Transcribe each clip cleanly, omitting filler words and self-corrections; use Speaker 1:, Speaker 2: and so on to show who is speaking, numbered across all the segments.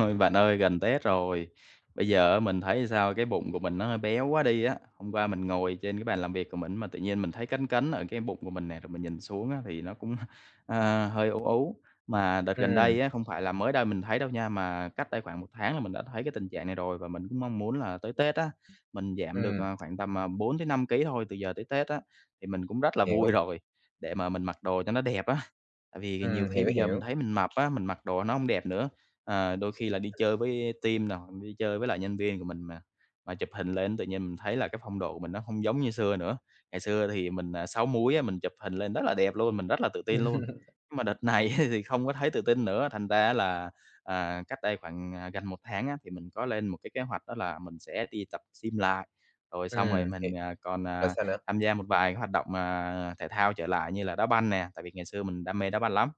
Speaker 1: Ôi, bạn ơi, gần Tết rồi. Bây giờ á mình thấy sao cái bụng của mình nó hơi béo quá đi á. Hôm qua mình ngồi trên cái bàn làm việc của mình mà tự nhiên mình thấy cấn cấn ở cái bụng của mình nè, rồi mình nhìn xuống á thì nó cũng, hơi ú ú. Mà đợt gần
Speaker 2: Ừm,
Speaker 1: đây á, không phải là mới đây mình thấy đâu nha, mà cách đây khoảng 1 tháng là mình đã thấy cái tình trạng này rồi và mình cũng mong muốn là tới Tết á, mình giảm được,
Speaker 2: ừm,
Speaker 1: khoảng tầm, 4 tới năm ký thôi, từ giờ tới Tết á, thì mình cũng rất là
Speaker 2: hiểu,
Speaker 1: vui rồi, để mà mình mặc đồ cho nó đẹp á. Tại vì nhiều khi
Speaker 2: hiểu,
Speaker 1: bây giờ mình
Speaker 2: hiểu.
Speaker 1: thấy mình mập á, mình mặc đồ nó không đẹp nữa. Ờ, đôi khi là đi chơi với team nè, hoặc đi chơi với lại nhân viên của mình mà chụp hình lên tự nhiên mình thấy là cái phong độ của mình nó không giống như xưa nữa. Ngày xưa thì mình, 6 múi á, mình chụp hình lên rất là đẹp luôn, mình rất là tự tin luôn. Nhưng mà đợt này thì không có thấy tự tin nữa, thành ra là, cách đây khoảng, gần 1 tháng á, thì mình có lên một cái kế hoạch đó là mình sẽ đi tập gym lại, rồi xong rồi
Speaker 2: Ừm, hiểu.
Speaker 1: mình, còn,
Speaker 2: Rồi sao nữa?
Speaker 1: tham gia một vài cái hoạt động mà thể thao trở lại như là đá banh nè, tại vì ngày xưa mình đam mê đá banh lắm.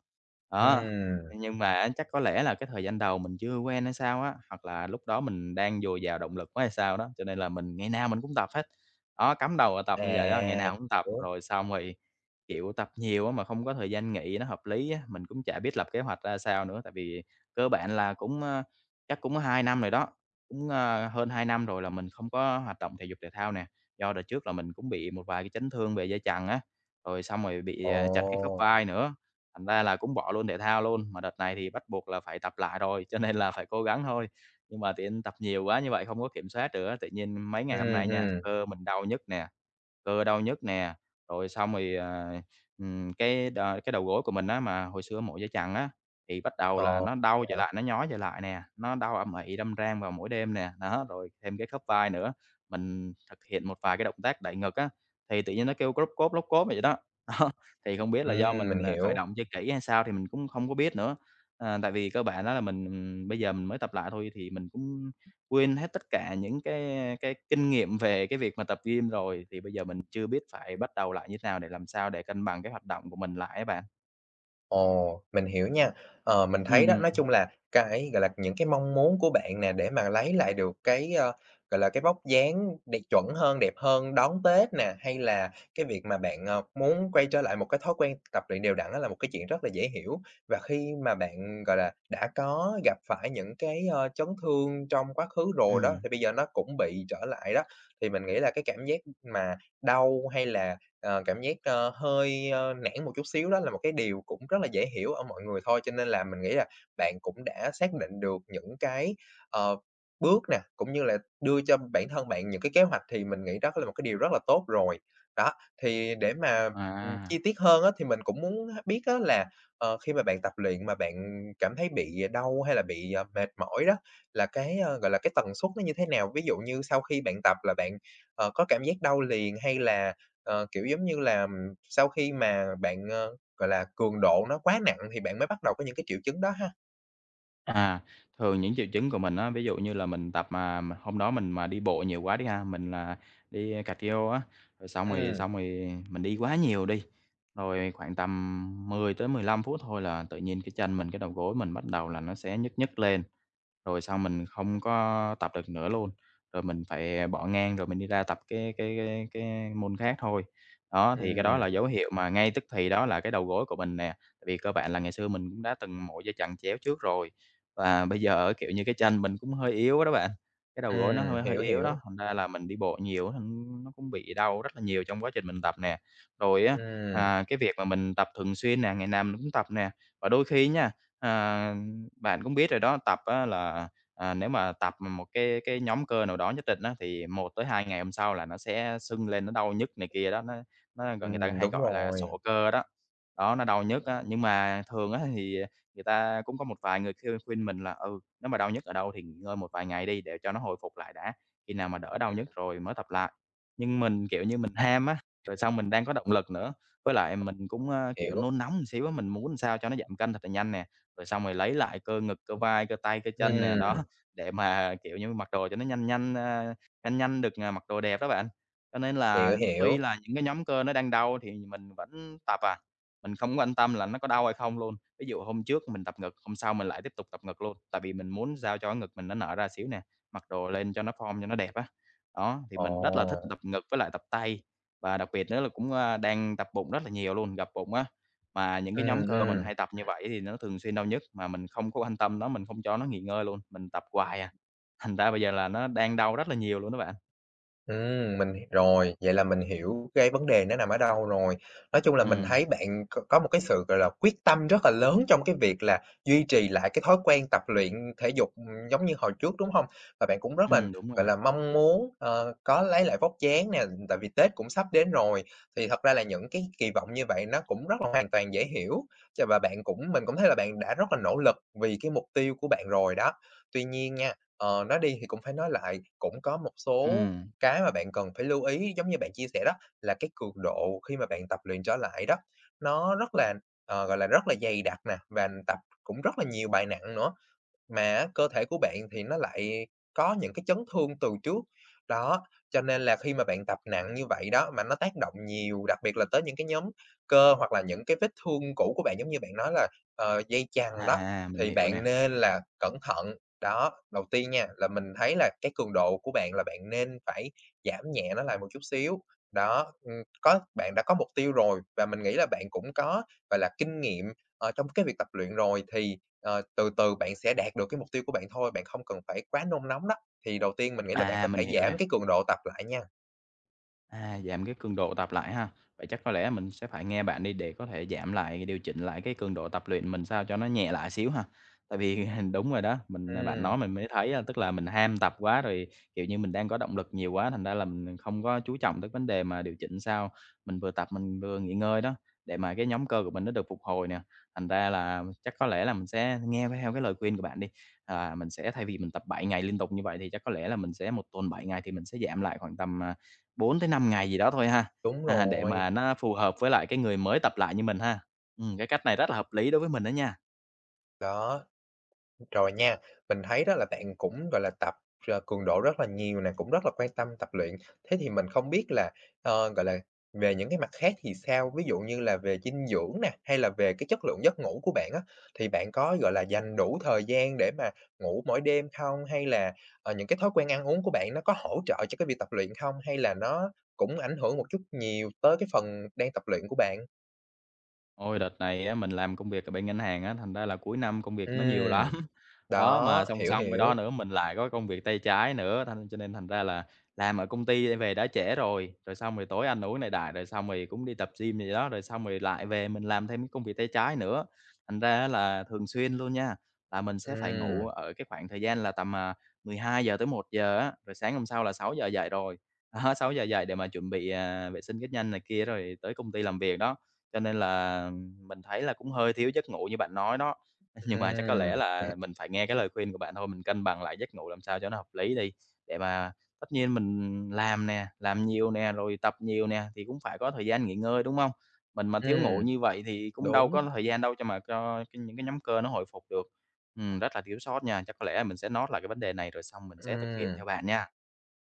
Speaker 1: Đó,
Speaker 2: Ừm,
Speaker 1: nhưng mà á chắc có lẽ là cái thời gian đầu mình chưa quen hay sao á, hoặc là lúc đó mình đang dồi dào động lực quá hay sao đó, cho nên là mình ngày nào mình cũng tập hết. Đó, cắm đầu vào tập như vậy đó, ngày
Speaker 2: à,
Speaker 1: nào cũng tập,
Speaker 2: hiểu.
Speaker 1: rồi xong rồi, kiểu, tập nhiều á mà không có thời gian nghỉ nó hợp lý á, mình cũng chả biết lập kế hoạch ra sao nữa, tại vì cơ bản là cũng, chắc cũng 2 năm rồi đó, cũng, hơn 2 năm rồi là mình không có hoạt động thể dục thể thao nè. Do đợt trước là mình cũng bị một vài cái chấn thương về dây chằng á, rồi xong rồi bị,
Speaker 2: Ồ,
Speaker 1: trật cái khớp vai nữa, thành ra là cũng bỏ luôn thể thao luôn. Mà đợt này thì bắt buộc là phải tập lại rồi, cho nên là phải cố gắng thôi. Nhưng mà tiện tập nhiều quá như vậy không có kiểm soát được á, tự nhiên mấy ngày hôm
Speaker 2: ừm,
Speaker 1: nay nha,
Speaker 2: ừm,
Speaker 1: cơ mình đau nhức nè, cơ đau nhức nè, rồi xong rồi, cái đầu gối của mình á, mà hồi xưa mổ dây chằng á, thì bắt đầu là
Speaker 2: ồ,
Speaker 1: nó đau trở
Speaker 2: hiểu.
Speaker 1: lại, nó nhói trở lại nè, nó đau âm ỉ, đâm rang vào mỗi đêm nè, đó, rồi thêm cái khớp vai nữa. Mình thực hiện một vài cái động tác đẩy ngực á, thì tự nhiên nó kêu lóc cóp" vậy đó. Đó, thì không biết là do
Speaker 2: Mình
Speaker 1: mình, khởi
Speaker 2: hiểu.
Speaker 1: động chưa kỹ hay sao thì mình cũng không có biết nữa. Tại vì cơ bản á là mình, bây giờ mình mới tập lại thôi thì mình cũng quên hết tất cả những cái kinh nghiệm về cái việc mà tập gym rồi, thì bây giờ mình chưa biết phải bắt đầu lại như thế nào để làm sao để cân bằng cái hoạt động của mình lại á bạn.
Speaker 2: Ồ, mình hiểu nha. Ờ, mình
Speaker 1: Ừm,
Speaker 2: thấy đó, nói
Speaker 1: ừm,
Speaker 2: chung là cái, gọi là, những cái mong muốn của bạn nè, để mà lấy lại được cái, gọi là, cái vóc dáng đẹp chuẩn hơn, đẹp hơn đón Tết nè, hay là cái việc mà bạn, muốn quay trở lại một cái thói quen tập luyện đều đặn á là một cái chuyện rất là dễ hiểu. Và khi mà bạn, gọi là, đã có gặp phải những cái, chấn thương trong quá khứ rồi đó,
Speaker 1: ừm,
Speaker 2: thì bây giờ nó cũng bị trở lại đó, thì mình nghĩ là cái cảm giác mà đau hay là cảm giác, hơi, nản một chút xíu đó là một cái điều cũng rất là dễ hiểu ở mọi người thôi. Cho nên là mình nghĩ là bạn cũng đã xác định được những cái, ờ, bước nè, cũng như là đưa cho bản thân bạn những cái kế hoạch thì mình nghĩ đó là một cái điều rất là tốt rồi. Đó, thì để mà,
Speaker 1: à.
Speaker 2: chi tiết hơn á, thì mình cũng muốn biết á là, khi mà bạn tập luyện mà bạn cảm thấy bị đau hay là bị, mệt mỏi đó, là cái, gọi là, cái tần suất nó như thế nào? Ví dụ như sau khi bạn tập là bạn, có cảm giác đau liền hay là kiểu, giống như là, sau khi mà bạn, gọi là, cường độ nó quá nặng thì bạn mới bắt đầu có những cái triệu chứng đó ha?
Speaker 1: À, thường những triệu chứng của mình á, ví dụ như là mình tập mà hôm đó mình mà đi bộ nhiều quá đi ha, mình là đi cardio á, rồi xong rồi
Speaker 2: Ừm,
Speaker 1: xong rồi mình đi quá nhiều đi, rồi khoảng tầm 10 tới 15 phút thôi là tự nhiên cái chân mình, cái đầu gối mình bắt đầu là nó sẽ nhức nhức lên, rồi xong mình không có tập được nữa luôn, rồi mình phải bỏ ngang rồi mình đi ra tập cái môn khác thôi. Đó, thì cái đó là
Speaker 2: ừm,
Speaker 1: dấu hiệu mà ngay tức thì đó là cái đầu gối của mình nè. Tại vì cơ bản là ngày xưa mình cũng đã từng mổ dây chằng chéo trước rồi, và bây giờ á, kiểu như, cái chân mình cũng hơi yếu á đó bạn, cái đầu gối nó hơi hơi
Speaker 2: hiểu,
Speaker 1: yếu đó,
Speaker 2: hiểu.
Speaker 1: thành ra là mình đi bộ nhiều thành nó cũng bị đau rất là nhiều trong quá trình mình tập nè. Rồi á,
Speaker 2: Ừm,
Speaker 1: cái việc mà mình tập thường xuyên nè, ngày nào mình cũng tập nè, và đôi khi nha, à, bạn cũng biết rồi đó, tập á là, nếu mà tập mà một cái nhóm cơ nào đó nhất định á, thì 1 tới 2 ngày hôm sau là nó sẽ sưng lên, nó đau nhức này kia đó, nó, người ta hay
Speaker 2: đúng
Speaker 1: gọi là
Speaker 2: rồi.
Speaker 1: sổ cơ đó. Đó, nó đau nhức á, nhưng mà thường á thì người ta cũng có một vài người khuyên khuyên mình là "Ừ, nếu mà đau nhức ở đâu thì nghỉ ngơi một vài ngày đi để cho nó hồi phục lại đã, khi nào mà đỡ đau
Speaker 2: Ừm,
Speaker 1: nhức rồi mới tập lại." Nhưng mình, kiểu như, mình ham á, rồi xong mình đang có động lực nữa, với lại mình cũng, kiểu,
Speaker 2: hiểu.
Speaker 1: nôn nóng một xíu á, mình muốn sao cho nó giảm cân thật là nhanh nè, rồi xong rồi lấy lại cơ ngực, cơ vai, cơ tay, cơ chân nè, đó,
Speaker 2: Ừm,
Speaker 1: để mà, kiểu như, mặc đồ cho nó nhanh nhanh, nhanh nhanh được, mặc đồ đẹp đó bạn. Cho nên
Speaker 2: hiểu,
Speaker 1: là
Speaker 2: hiểu.
Speaker 1: tuy là những cái nhóm cơ nó đang đau thì mình vẫn tập à. Mình không quan tâm là nó có đau hay không luôn. Ví dụ hôm trước mình tập ngực, hôm sau mình lại tiếp tục tập ngực luôn, tại vì mình muốn sao cho cái ngực mình nó nở ra xíu nè, mặc đồ lên cho nó form cho nó đẹp á. Đó, thì mình rất là
Speaker 2: Ồ,
Speaker 1: thích tập ngực với lại tập tay, và đặc biệt nữa là cũng, đang tập bụng rất là nhiều luôn, gập bụng á. Mà những cái nhóm
Speaker 2: ừm,
Speaker 1: cơ mình
Speaker 2: ừm.
Speaker 1: hay tập như vậy thì nó thường xuyên đau nhức, mà mình không có quan tâm nó, mình không cho nó nghỉ ngơi luôn, mình tập hoài à. Thành ra bây giờ là nó đang đau rất là nhiều luôn đó bạn.
Speaker 2: Mình h rồi, vậy là mình hiểu cái vấn đề nó nằm ở đâu rồi. Nói chung là
Speaker 1: Ừ
Speaker 2: mình thấy bạn có một cái sự, gọi là, quyết tâm rất là lớn trong cái việc là duy trì lại cái thói quen tập luyện thể dục, giống như hồi trước, đúng không? Và bạn cũng rất là,
Speaker 1: đúng rồi
Speaker 2: gọi
Speaker 1: nè.
Speaker 2: là, mong muốn, có lấy lại vóc dáng nè, tại vì Tết cũng sắp đến rồi, thì thật ra là những cái kỳ vọng như vậy nó cũng rất là hoàn toàn dễ hiểu, ch và bạn cũng mình cũng thấy là bạn đã rất là nỗ lực vì cái mục tiêu của bạn rồi đó. Tuy nhiên nha, nói đi thì cũng phải nói lại, cũng có một số
Speaker 1: Ừm,
Speaker 2: cái mà bạn cần phải lưu ý giống như bạn chia sẻ đó, là cái cường độ khi mà bạn tập luyện trở lại đó, nó rất là, gọi là, rất là dày đặc nè, và tập cũng rất là nhiều bài nặng nữa. Mà á, cơ thể của bạn thì nó lại có những cái chấn thương từ trước. Đó, cho nên là khi mà bạn tập nặng như vậy đó, mà nó tác động nhiều, đặc biệt là tới những cái nhóm cơ hoặc là những cái vết thương cũ của bạn, giống như bạn nói là, dây chằng đó,
Speaker 1: mình
Speaker 2: thì
Speaker 1: hiểu
Speaker 2: bạn
Speaker 1: nè,
Speaker 2: nên là cẩn thận. Đó, đầu tiên nha, là mình thấy là cái cường độ của bạn là bạn nên phải giảm nhẹ nó lại một chút xíu. Đó, có bạn đã có mục tiêu rồi và mình nghĩ là bạn cũng có, gọi là, kinh nghiệm, trong cái việc tập luyện rồi thì từ từ bạn sẽ đạt được cái mục tiêu của bạn thôi, bạn không cần phải quá nôn nóng đó. Thì đầu tiên mình nghĩ là bạn có
Speaker 1: mình
Speaker 2: thể
Speaker 1: hiểu
Speaker 2: giảm
Speaker 1: nè.
Speaker 2: cái cường độ tập lại nha.
Speaker 1: À, giảm cái cường độ tập lại ha. Vậy chắc có lẽ mình sẽ phải nghe bạn đi để có thể giảm lại, điều chỉnh lại cái cường độ tập luyện mình sao cho nó nhẹ lại xíu ha. Tại vì đúng rồi đó, mình bạn
Speaker 2: Ừm,
Speaker 1: nói mình mới thấy á, tức là mình ham tập quá rồi, kiểu như mình đang có động lực nhiều quá, thành ra là mình không có chú trọng tới vấn đề mà điều chỉnh sao mình vừa tập mình vừa nghỉ ngơi đó, để mà cái nhóm cơ của mình nó được phục hồi nè. Thành ra là chắc có lẽ là mình sẽ nghe theo cái lời khuyên của bạn đi. À, mình sẽ thay vì mình tập 7 ngày liên tục như vậy thì chắc có lẽ là mình sẽ 1 tuần 7 ngày thì mình sẽ giảm lại khoảng tầm 4 tới 5 ngày gì đó thôi ha,
Speaker 2: đúng
Speaker 1: để
Speaker 2: rồi,
Speaker 1: mà nó phù hợp với lại cái người mới tập lại như mình ha. Cái cách này rất là hợp lý đối với mình đó nha.
Speaker 2: đó. Rồi nha, mình thấy đó là bạn cũng, gọi là, tập, cường độ rất là nhiều nè, cũng rất là quan tâm tập luyện. Thế thì mình không biết là, gọi là, về những cái mặt khác thì sao? Ví dụ như là về dinh dưỡng nè, hay là về cái chất lượng giấc ngủ của bạn á, thì bạn có, gọi là, dành đủ thời gian để mà ngủ mỗi đêm không? Hay là, những cái thói quen ăn uống của bạn nó có hỗ trợ cho cái việc tập luyện không? Hay là nó cũng ảnh hưởng một chút nhiều tới cái phần đang tập luyện của bạn?
Speaker 1: Ôi, đợt này á, mình làm công việc ở bên ngân hàng á, thành ra là cuối năm công việc nó nhiều lắm.
Speaker 2: Ừ,
Speaker 1: Đó,
Speaker 2: đó,
Speaker 1: mà song
Speaker 2: hiểu,
Speaker 1: song với
Speaker 2: hiểu.
Speaker 1: đó nữa mình lại có công việc tay trái nữa, thành cho nên thành ra là làm ở công ty về đã trễ rồi, rồi xong rồi tối ăn uống này đại rồi xong rồi cũng đi tập gym gì đó, rồi xong rồi lại về mình làm thêm cái công việc tay trái nữa. Thành ra á là thường xuyên luôn nha, là mình sẽ phải
Speaker 2: Ừ,
Speaker 1: ngủ ở cái khoảng thời gian là tầm, 12 giờ tới 1:00 á, rồi sáng hôm sau là 6 giờ dậy rồi. Đó, sáu giờ dậy để mà chuẩn bị, vệ sinh cá nhân này kia rồi tới công ty làm việc đó. Cho nên là mình thấy là cũng hơi thiếu giấc ngủ như bạn nói đó. Nhưng mà chắc có lẽ
Speaker 2: ừ,
Speaker 1: là mình phải nghe cái lời khuyên của bạn thôi, mình cân bằng lại giấc ngủ làm sao cho nó hợp lý đi, để mà tất nhiên mình làm nè, làm nhiều nè, rồi tập nhiều nè, thì cũng phải có thời gian nghỉ ngơi, đúng không? Mình mà
Speaker 2: ừ.
Speaker 1: thiếu ngủ như vậy thì cũng đâu
Speaker 2: Đúng,
Speaker 1: có thời gian đâu cho mà cho những cái nhóm cơ nó hồi phục được. Rất là thiếu sót nha, chắc có lẽ mình sẽ note lại cái vấn đề này rồi xong mình sẽ thực hiện
Speaker 2: ừm.
Speaker 1: theo bạn nha.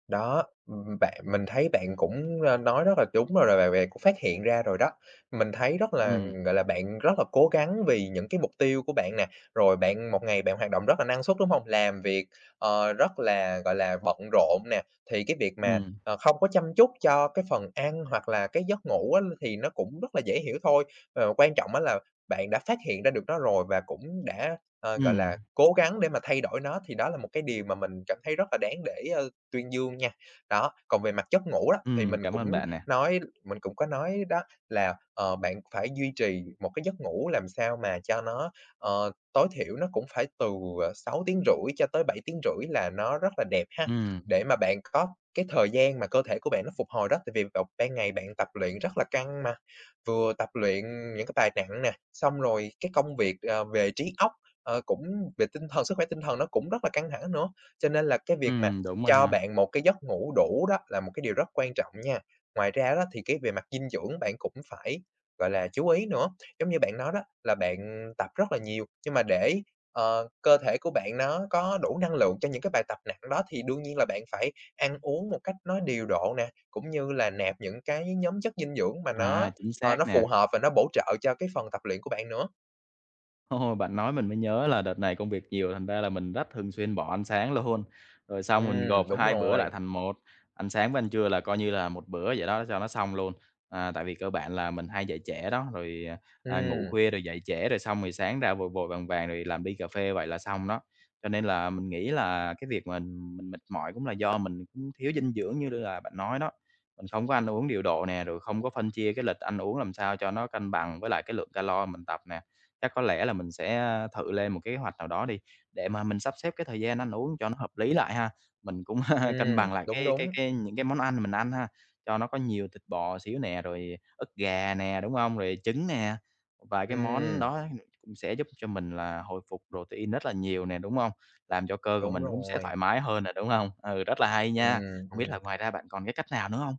Speaker 2: Đó, bạn mình thấy bạn cũng, nói rất là đúng rồi, rồi bạn bè cũng phát hiện ra rồi đó. Mình thấy rất là,
Speaker 1: Ừ
Speaker 2: gọi là, bạn rất là cố gắng vì những cái mục tiêu của bạn nè, rồi bạn một ngày bạn hoạt động rất là năng suất, đúng hông? Làm việc, rất là, gọi là, bận rộn nè, thì cái việc mà,
Speaker 1: ừ
Speaker 2: không có chăm chút cho cái phần ăn hoặc là cái giấc ngủ á thì nó cũng rất là dễ hiểu thôi. Quan trọng á là bạn đã phát hiện ra được nó rồi và cũng đã, gọi là,
Speaker 1: ừm,
Speaker 2: cố gắng để mà thay đổi nó thì đó là một cái điều mà mình cảm thấy rất là đáng để, tuyên dương nha. Đó, còn về mặt giấc ngủ đó, thì mình
Speaker 1: Cảm
Speaker 2: cũng
Speaker 1: ơn bạn nè.
Speaker 2: có nói đó là, bạn phải duy trì một cái giấc ngủ làm sao mà cho nó, tối thiểu nó cũng phải từ, 6,5 tiếng rưỡi cho tới bảy tiếng rưỡi là nó rất là đẹp ha,
Speaker 1: Ừ
Speaker 2: để mà bạn có cái thời gian mà cơ thể của bạn nó phục hồi đó. Tại vì vào ban ngày bạn tập luyện rất là căng mà, vừa tập luyện những cái bài nặng nè, xong rồi cái công việc, về trí óc, cũng về tinh thần sức khỏe tinh thần nó cũng rất là căng thẳng nữa. Cho nên là cái việc mà
Speaker 1: ừm, đúng rồi
Speaker 2: cho
Speaker 1: ha.
Speaker 2: bạn một cái giấc ngủ đủ đó là một cái điều rất quan trọng nha. Ngoài ra đó thì cái về mặt dinh dưỡng bạn cũng phải, gọi là, chú ý nữa. Giống như bạn nói đó là bạn tập rất là nhiều, nhưng mà để, cơ thể của bạn nó có đủ năng lượng cho những cái bài tập nặng đó thì đương nhiên là bạn phải ăn uống một cách nó điều độ nè, cũng như là nạp những cái nhóm chất dinh dưỡng mà
Speaker 1: À,
Speaker 2: nó,
Speaker 1: chính
Speaker 2: nó
Speaker 1: xác nè.
Speaker 2: phù hợp và nó bổ trợ cho cái phần tập luyện của bạn nữa.
Speaker 1: Ồ, bạn nói mình mới nhớ là đợt này công việc nhiều, thành ra là mình rất thường xuyên bỏ ăn sáng luôn, rồi xong mình gộp
Speaker 2: Đúng
Speaker 1: 2 bữa lại
Speaker 2: rồi.
Speaker 1: thành một, ăn sáng với ăn trưa là coi như là một bữa vậy đó cho nó xong luôn. À, tại vì cơ bản là mình hay dậy trễ đó, rồi, ngủ
Speaker 2: Ừm,
Speaker 1: khuya rồi dậy trễ, rồi xong rồi sáng ra vội vội vàng vàng rồi làm ly cà phê vậy là xong đó. Cho nên là mình nghĩ là cái việc mình mệt mỏi cũng là do mình cũng thiếu dinh dưỡng như là bạn nói đó, mình không có ăn uống điều độ nè, rồi không có phân chia cái lịch ăn uống làm sao cho nó cân bằng với lại cái lượng calo mình tập nè. Chắc có lẽ là mình sẽ thử lên một cái kế hoạch nào đó đi, để mà mình sắp xếp cái thời gian ăn uống cho nó hợp lý lại ha. Mình cũng cân bằng lại
Speaker 2: đúng, đúng.
Speaker 1: cái những cái món ăn mình ăn ha, cho nó có nhiều thịt bò xíu nè, rồi ức gà nè, đúng không? Rồi trứng nè, và cái món
Speaker 2: Ừm,
Speaker 1: đó cũng sẽ giúp cho mình là hồi phục protein rất là nhiều nè, đúng không? Làm cho cơ của
Speaker 2: đúng
Speaker 1: mình cũng sẽ
Speaker 2: rồi.
Speaker 1: thoải mái hơn nè, đúng không? Ừ, rất là hay nha.
Speaker 2: Ừm,
Speaker 1: Không biết
Speaker 2: ừm.
Speaker 1: là ngoài ra bạn còn cái cách nào nữa không?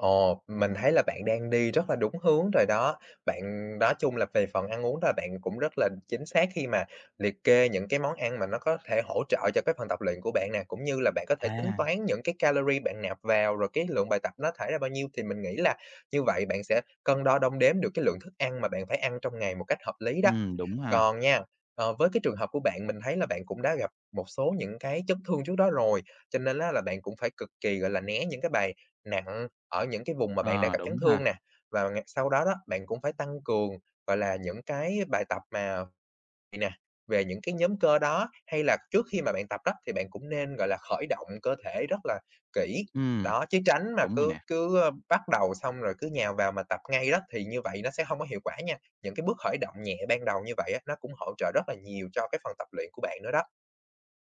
Speaker 2: Ồ, mình thấy là bạn đang đi rất là đúng hướng rồi đó. Bạn nói chung là về phần ăn uống là bạn cũng rất là chính xác khi mà liệt kê những cái món ăn mà nó có thể hỗ trợ cho cái phần tập luyện của bạn nè, cũng như là bạn có thể tính
Speaker 1: À,
Speaker 2: toán những cái calorie bạn nạp vào, rồi cái lượng bài tập nó thải ra bao nhiêu. Thì mình nghĩ là như vậy bạn sẽ cân đo đong đếm được cái lượng thức ăn mà bạn phải ăn trong ngày một cách hợp lý đó.
Speaker 1: Đúng ha.
Speaker 2: Còn nha, với cái trường hợp của bạn, mình thấy là bạn cũng đã gặp một số những cái chấn thương trước đó rồi, cho nên á là bạn cũng phải cực kỳ, gọi là, né những cái bài nặng ở những cái vùng mà bạn đã
Speaker 1: Ờ,
Speaker 2: gặp chấn
Speaker 1: đúng
Speaker 2: thương
Speaker 1: ha.
Speaker 2: nè, và sau đó đó, bạn cũng phải tăng cường, gọi là, những cái bài tập mà nè, về những cái nhóm cơ đó, hay là trước khi mà bạn tập đó thì bạn cũng nên, gọi là, khởi động cơ thể rất là kỹ.
Speaker 1: Ừm,
Speaker 2: Đó, chứ tránh mà
Speaker 1: đúng rồi
Speaker 2: cứ
Speaker 1: nè.
Speaker 2: cứ, bắt đầu xong rồi cứ nhào vào mà tập ngay đó thì như vậy nó sẽ không có hiệu quả nha. Những cái bước khởi động nhẹ ban đầu như vậy á, nó cũng hỗ trợ rất là nhiều cho cái phần tập luyện của bạn nữa đó.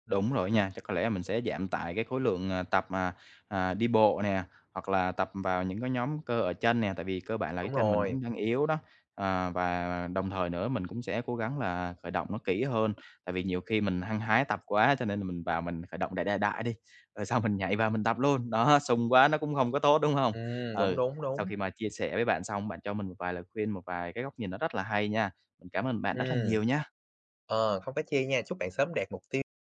Speaker 1: Đúng rồi nha, chắc có lẽ mình sẽ giảm tải cái khối lượng, tập, mà đi bộ nè, hoặc là tập vào những cái nhóm cơ ở chân nè, tại vì cơ bản là cái
Speaker 2: Đúng
Speaker 1: chân mình
Speaker 2: rồi,
Speaker 1: cũng đang yếu đó. À, và đồng thời nữa mình cũng sẽ cố gắng là khởi động nó kỹ hơn, tại vì nhiều khi mình hăng hái tập quá cho nên là mình vào mình khởi động đại đại đại đi, rồi xong mình nhảy vào mình tập luôn, đó, sùng quá nó cũng không có tốt, đúng không?
Speaker 2: đúng,
Speaker 1: Ừ,
Speaker 2: đúng,
Speaker 1: sau
Speaker 2: đúng.
Speaker 1: khi mà chia sẻ với bạn xong, bạn cho mình một vài lời khuyên, một vài cái góc nhìn nó rất là hay nha. Mình cảm ơn bạn rất là
Speaker 2: Ừm,
Speaker 1: nhiều nha.
Speaker 2: không phải chê nha, chúc bạn sớm đạt mục tiêu.